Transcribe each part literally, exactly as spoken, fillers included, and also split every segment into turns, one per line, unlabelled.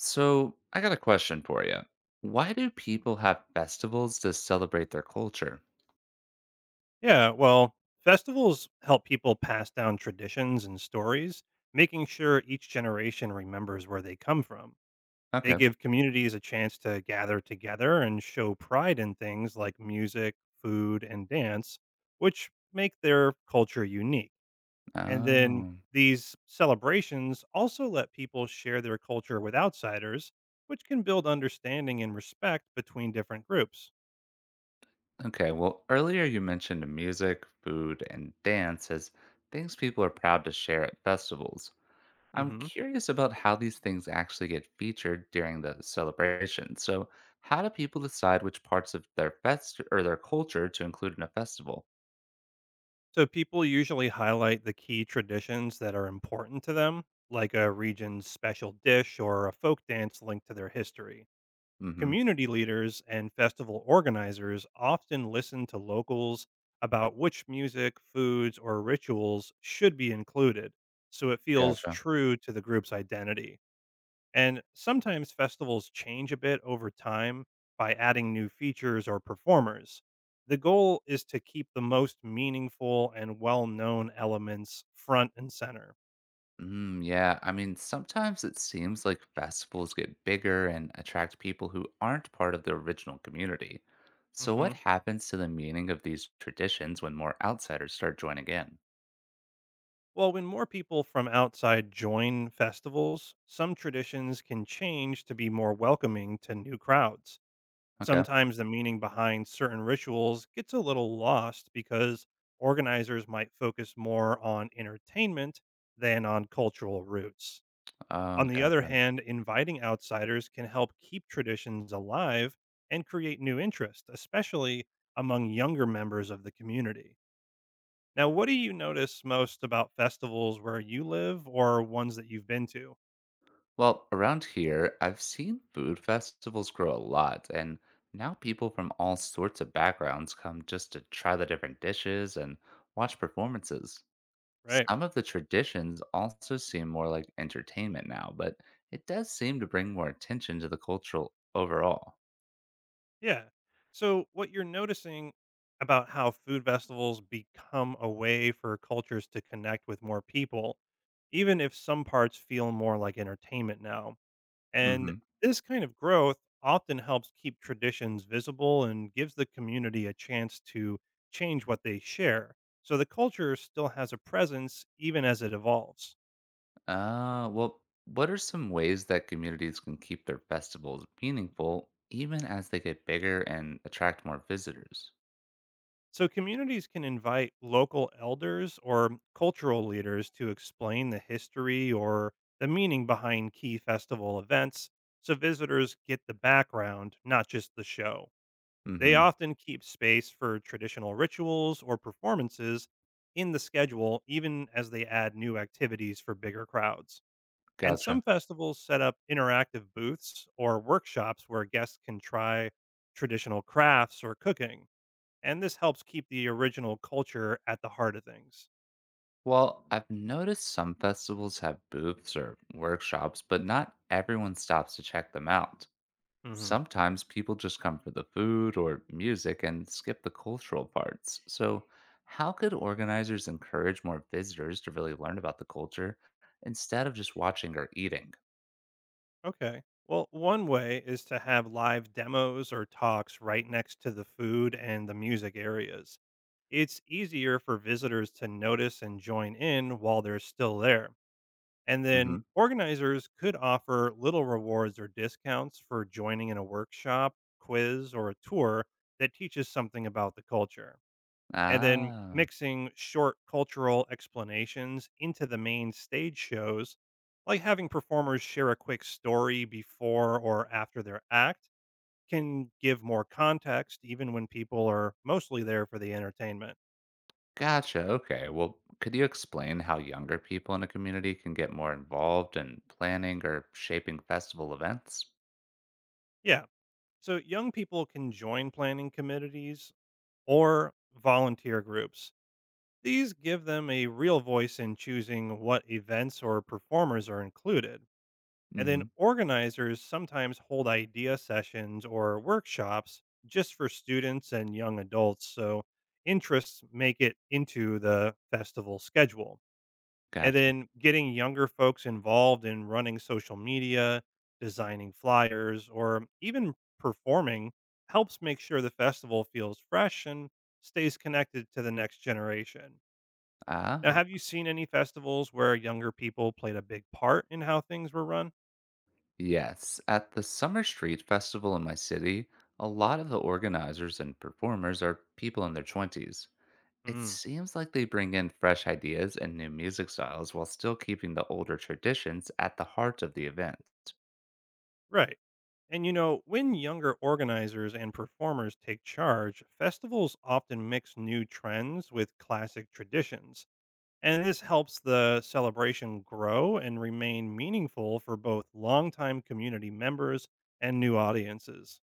So, I got a question for you. Why do people have festivals to celebrate their culture?
Yeah, well, festivals help people pass down traditions and stories, making sure each generation remembers where they come from. They
Okay.
give communities a chance to gather together and show pride in things like music, food, and dance, which make their culture unique. And then
Oh,
these celebrations also let people share their culture with outsiders, which can build understanding and respect between different groups.
okay. Well, earlier you mentioned music, food, and dance as things people are proud to share at festivals. I'm
hmm
curious about how these things actually get featured during the celebration. So, how do people decide which parts of their fest or their culture to include in a festival?
So people usually highlight the key traditions that are important to them, like a region's special dish or a folk dance linked to their history.
Mm-hmm.
Community leaders and festival organizers often listen to locals about which music, foods, or rituals should be included, so it feels
Gotcha.
true to the group's identity. And sometimes festivals change a bit over time by adding new features or performers. The goal is to keep the most meaningful and well known elements front and center.
Mm, yeah, I mean, sometimes it seems like festivals get bigger and attract people who aren't part of the original community. So,
hmm
what happens to the meaning of these traditions when more outsiders start joining in?
Well, when more people from outside join festivals, some traditions can change to be more welcoming to new crowds.
Okay.
Sometimes the meaning behind certain rituals gets a little lost because organizers might focus more on entertainment than on cultural roots.
Oh,
On the other
gotcha.
hand, inviting outsiders can help keep traditions alive and create new interest, especially among younger members of the community. Now, what do you notice most about festivals where you live or ones that you've been to?
Well, around here, I've seen food festivals grow a lot, and now people from all sorts of backgrounds come just to try the different dishes and watch performances.
Right.
Some of the traditions also seem more like entertainment now, but it does seem to bring more attention to the cultural overall.
Yeah. So, what you're noticing about how food festivals become a way for cultures to connect with more people, even if some parts feel more like entertainment now. And
Hmm.
this kind of growth often helps keep traditions visible and gives the community a chance to change what they share. So the culture still has a presence even as it evolves.
Uh, well, what are some ways that communities can keep their festivals meaningful even as they get bigger and attract more visitors?
So communities can invite local elders or cultural leaders to explain the history or the meaning behind key festival events so visitors get the background, not just the show. They
Hmm.
often keep space for traditional rituals or performances in the schedule, even as they add new activities for bigger crowds. And
Gotcha.
some festivals set up interactive booths or workshops where guests can try traditional crafts or cooking. And this helps keep the original culture at the heart of things.
Well, I've noticed some festivals have booths or workshops, but not everyone stops to check them out.
Mhm.
Sometimes people just come for the food or music and skip the cultural parts. So, how could organizers encourage more visitors to really learn about the culture instead of just watching or eating?
Okay. Well, one way is to have live demos or talks right next to the food and the music areas. It's easier for visitors to notice and join in while they're still there. And then
Hmm.
organizers could offer little rewards or discounts for joining in a workshop, quiz, or a tour that teaches something about the culture and then
Ah,
mixing short cultural explanations into the main stage shows, like having performers share a quick story before or after their act, can give more context even when people are mostly there for the entertainment.
gotcha. Okay. Well, could you explain how younger people in a community can get more involved in planning or shaping festival events?
Yeah. So young people can join planning committees or volunteer groups. These give them a real voice in choosing what events or performers are included. And then
Hmm.
organizers sometimes hold idea sessions or workshops just for students and young adults. So interests make it into the festival schedule. And
Gotcha.
then getting younger folks involved in running social media, designing flyers, or even performing helps make sure the festival feels fresh and stays connected to the next generation. Now,
Ah.
have you seen any festivals where younger people played a big part in how things were run?
Yes, at the Summer Street Festival in my city, a lot of the organizers and performers are people in their twenties. It
Mm.
seems like they bring in fresh ideas and new music styles while still keeping the older traditions at the heart of the event.
Right. And you know, when younger organizers and performers take charge, festivals often mix new trends with classic traditions. And this helps the celebration grow and remain meaningful for both longtime community members and new audiences.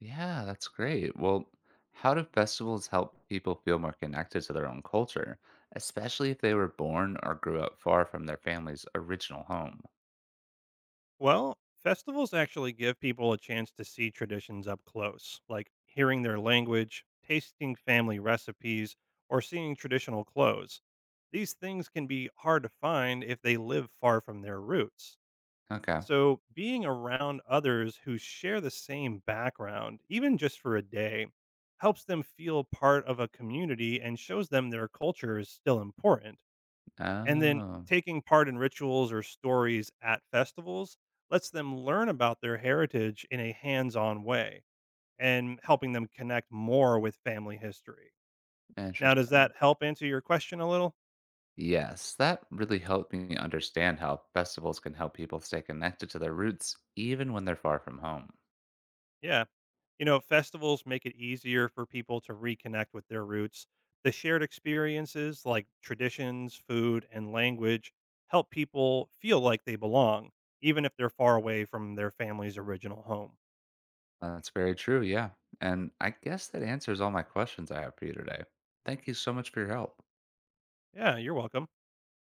Yeah, that's great. Well, how do festivals help people feel more connected to their own culture, especially if they were born or grew up far from their family's original home?
Well, festivals actually give people a chance to see traditions up close, like hearing their language, tasting family recipes, or seeing traditional clothes. These things can be hard to find if they live far from their roots.
Okay.
So, being around others who share the same background, even just for a day, helps them feel part of a community and shows them their culture is still important. And then
Oh,
taking part in rituals or stories at festivals lets them learn about their heritage in a hands on way and helping them connect more with family history. Now, does
interesting.
that help answer your question a little?
Yes, that really helped me understand how festivals can help people stay connected to their roots even when they're far from home.
Yeah. You know, festivals make it easier for people to reconnect with their roots. The shared experiences like traditions, food, and language help people feel like they belong, even if they're far away from their family's original home.
That's very true, yeah. And I guess that answers all my questions I have for you today. Thank you so much for your help.
Yeah, you're welcome.